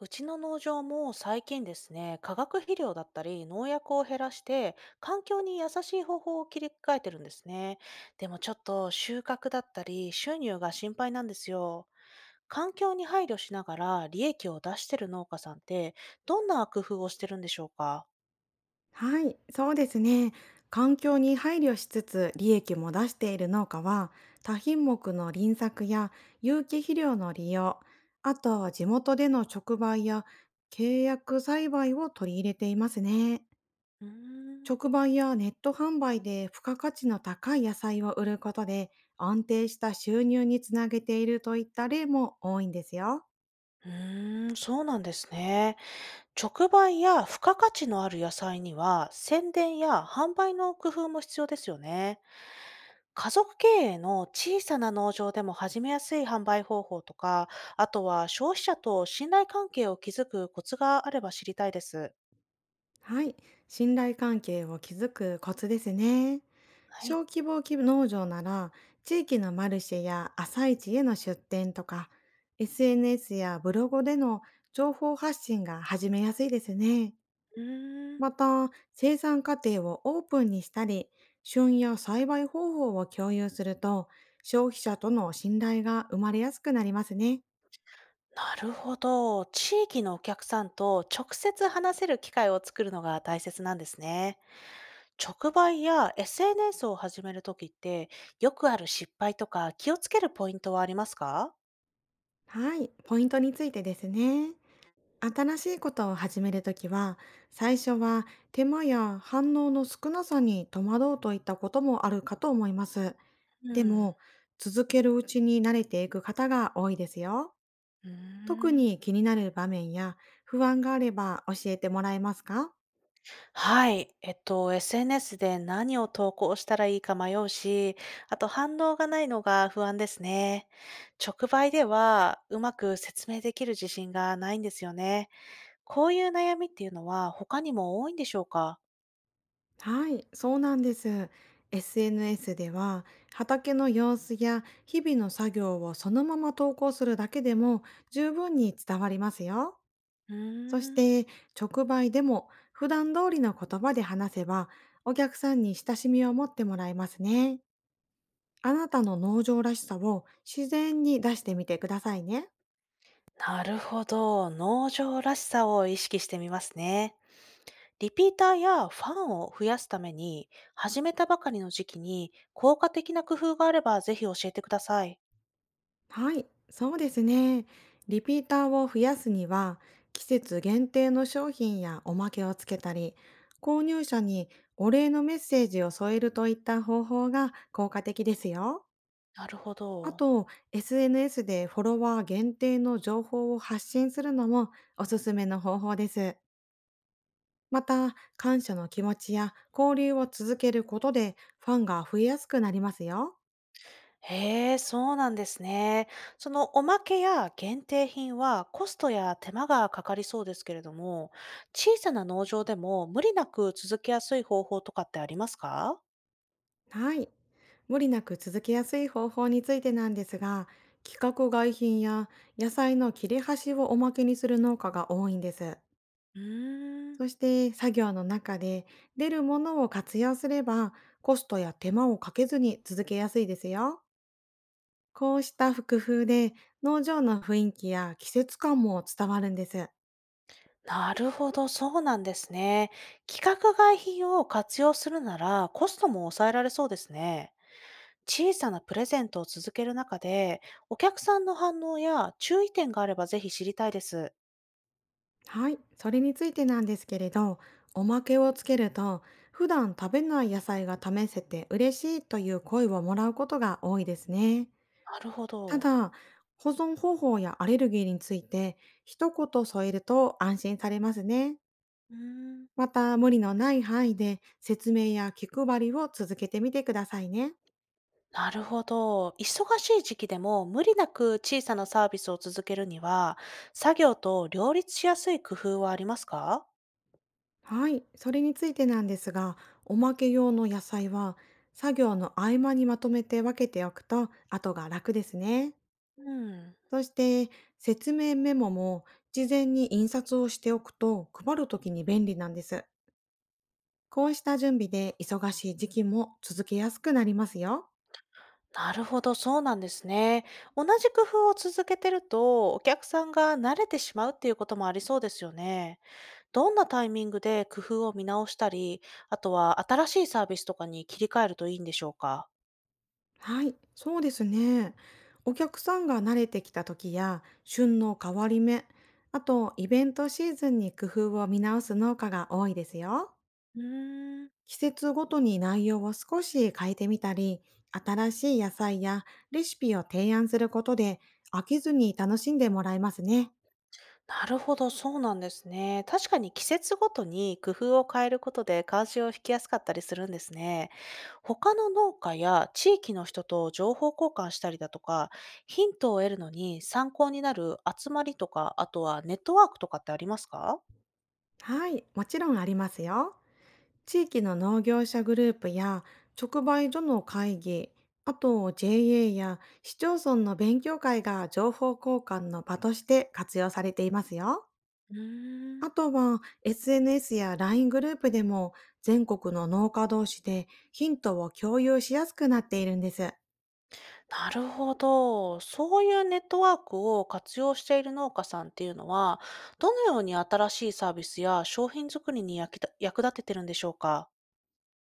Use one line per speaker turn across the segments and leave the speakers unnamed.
うちの農場も最近ですね、化学肥料だったり農薬を減らして、環境に優しい方法を切り替えてるんですね。でもちょっと収穫だったり収入が心配なんですよ。環境に配慮しながら利益を出してる農家さんって、どんな工夫をしてるんでしょうか？
はい、そうですね。環境に配慮しつつ利益も出している農家は、多品目の輪作や有機肥料の利用、あとは地元での直売や契約栽培を取り入れていますね。
うーん。
直売やネット販売で付加価値の高い野菜を売ることで安定した収入につなげているといった例も多いんですよ。
うーん、そうなんですね。直売や付加価値のある野菜には、宣伝や販売の工夫も必要ですよね。家族経営の小さな農場でも始めやすい販売方法とか、あとは消費者と信頼関係を築くコツがあれば知りたいです。
はい、信頼関係を築くコツですね。
は
小
い。
規模農場なら、地域のマルシェや朝市への出店とか、SNS やブログでの情報発信が始めやすいですね。
うーん。
また、生産過程をオープンにしたり、旬や栽培方法を共有すると、消費者との信頼が生まれやすくなりますね。
なるほど。地域のお客さんと直接話せる機会を作るのが大切なんですね。直売や SNS を始めるときって、よくある失敗とか気をつけるポイントはありますか？
はい、ポイントについてですね。新しいことを始めるときは、最初は手間や反応の少なさに戸惑うといったこともあるかと思います。
う
で
ん。
も、続けるうちに慣れていく方が多いですよ。
うー
特
ん。
に気になる場面や不安があれば教えてもらえますか？
はい。SNS で何を投稿したらいいか迷うし、あと反応がないのが不安ですね。直売ではうまく説明できる自信がないんですよね。こういう悩みっていうのは他にも多いんでしょうか？
はい、そうなんです。SNS では、畑の様子や日々の作業をそのまま投稿するだけでも十分に伝わりますよ。
う
そし
ーん。
て、直売でも普段通りの言葉で話せば、お客さんに親しみを持ってもらえますね。あなたの農場らしさを自然に出してみてくださいね。
なるほど。農場らしさを意識してみますね。リピーターやファンを増やすために、始めたばかりの時期に効果的な工夫があればぜひ教えてください。
はい、そうですね。リピーターを増やすには、季節限定の商品やおまけをつけたり、購入者にお礼のメッセージを添えるといった方法が効果的ですよ。
なるほ
あ
ど。
と、SNS でフォロワー限定の情報を発信するのもおすすめの方法です。また、感謝の気持ちや交流を続けることでファンが増えやすくなりますよ。
へえ、そうなんですね。そのおまけや限定品はコストや手間がかかりそうですけれども、小さな農場でも無理なく続けやすい方法とかってありますか？
はい。無理なく続けやすい方法についてなんですが、規格外品や野菜の切れ端をおまけにする農家が多いんです。
うーん、
そして、作業の中で出るものを活用すれば、コストや手間をかけずに続けやすいですよ。こうした工夫で農場の雰囲気や季節感も伝わるんです。
なるほど、そうなんですね。規格外品を活用するならコストも抑えられそうですね。小さなプレゼントを続ける中で、お客さんの反応や注意点があればぜひ知りたいです。
はい、それについてなんですけれど、おまけをつけると、普段食べない野菜が試せて嬉しいという声をもらうことが多いですね。
なるほ
た
ど。
だ、保存方法やアレルギーについて一言添えると安心されますね。
うーん。
また、無理のない範囲で説明や気配りを続けてみてくださいね。
なるほど。忙しい時期でも無理なく小さなサービスを続けるには、作業と両立しやすい工夫はありますか？
はい、それについてなんですが、おまけ用の野菜は作業の合間にまとめて分けておくと後が楽ですね。
うん。
そして、説明メモも事前に印刷をしておくと配るときに便利なんです。こうした準備で忙しい時期も続けやすくなりますよ。
なるほど、そうなんですね。同じ工夫を続けてると、お客さんが慣れてしまうっていうこともありそうですよね。どんなタイミングで工夫を見直したり、あとは新しいサービスとかに切り替えるといいんでしょうか？
はい、そうですね。お客さんが慣れてきた時や旬の変わり目、あとイベントシーズンに工夫を見直す農家が多いですよ。
うーん。
季節ごとに内容を少し変えてみたり、新しい野菜やレシピを提案することで、飽きずに楽しんでもらえますね。
なるほど、そうなんですね。確かに季節ごとに工夫を変えることで関心を引きやすかったりするんですね。他の農家や地域の人と情報交換したりだとか、ヒントを得るのに参考になる集まりとか、あとはネットワークとかってありますか？
はい、もちろんありますよ。地域の農業者グループや直売所の会議、あと JA や市町村の勉強会が情報交換の場として活用されていますよ。
うーん。
あとは SNS や LINE グループでも、全国の農家同士でヒントを共有しやすくなっているんです。
なるほど。そういうネットワークを活用している農家さんっていうのは、どのように新しいサービスや商品作りに役立ててるんでしょうか？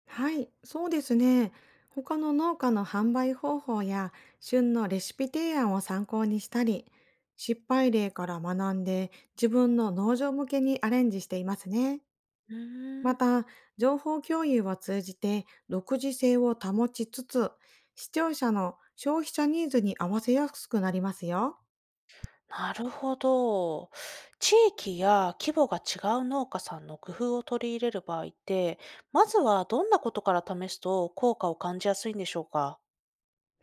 はい、そうですね。他の農家の販売方法や旬のレシピ提案を参考にしたり、失敗例から学んで自分の農場向けにアレンジしていますね。
うー
ま
ん。
た、情報共有を通じて独自性を保ちつつ、視聴者の消費者ニーズに合わせやすくなりますよ。
なるほど。地域や規模が違う農家さんの工夫を取り入れる場合って、まずはどんなことから試すと効果を感じやすいんでしょうか？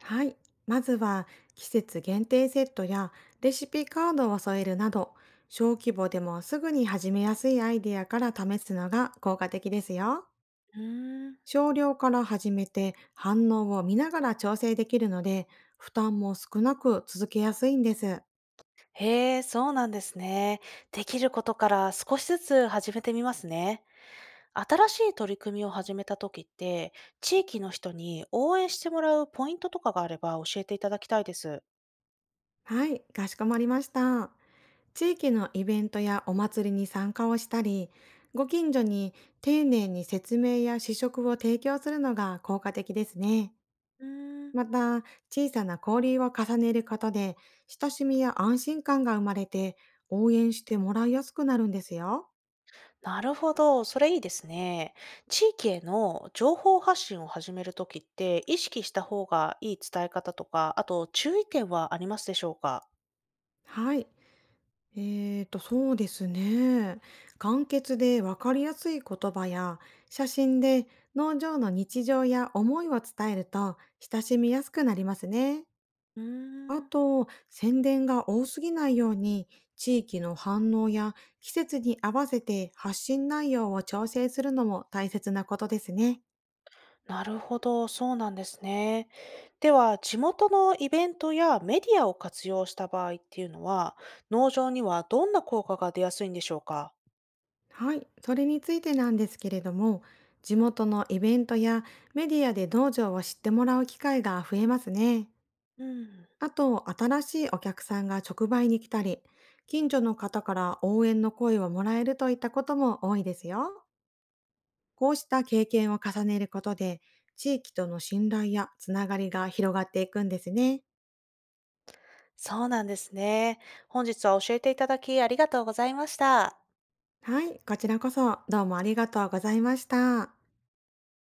はい。まずは季節限定セットやレシピカードを添えるなど、小規模でもすぐに始めやすいアイデアから試すのが効果的ですよ。
うーん。
少量から始めて反応を見ながら調整できるので、負担も少なく続けやすいんです。
へえ、そうなんですね。できることから少しずつ始めてみますね。新しい取り組みを始めた時って、地域の人に応援してもらうポイントとかがあれば教えていただきたいです。
はい、かしこまりました。地域のイベントやお祭りに参加をしたり、ご近所に丁寧に説明や試食を提供するのが効果的ですね。
うーん。
また、小さな交流を重ねることで、親しみや安心感が生まれて、応援してもらいやすくなるんですよ。
なるほど、それいいですね。地域への情報発信を始めるときって、意識した方がいい伝え方とか、あと注意点はありますでしょうか？
はい。そうですね。簡潔でわかりやすい言葉や、写真で農場の日常や思いを伝えると、親しみやすくなりますね。
うー
あ
ん、
と、宣伝が多すぎないように、地域の反応や季節に合わせて発信内容を調整するのも大切なことですね。
なるほど、そうなんですね。では、地元のイベントやメディアを活用した場合っていうのは、農場にはどんな効果が出やすいんでしょうか？
はい、それについてなんですけれども、地元のイベントやメディアで道場を知ってもらう機会が増えますね。
うん、
あと、新しいお客さんが直売に来たり、近所の方から応援の声をもらえるといったことも多いですよ。こうした経験を重ねることで、地域との信頼やつながりが広がっていくんですね。
そうなんですね。本日は教えていただきありがとうございました。
はい、こちらこそどうもありがとうございました。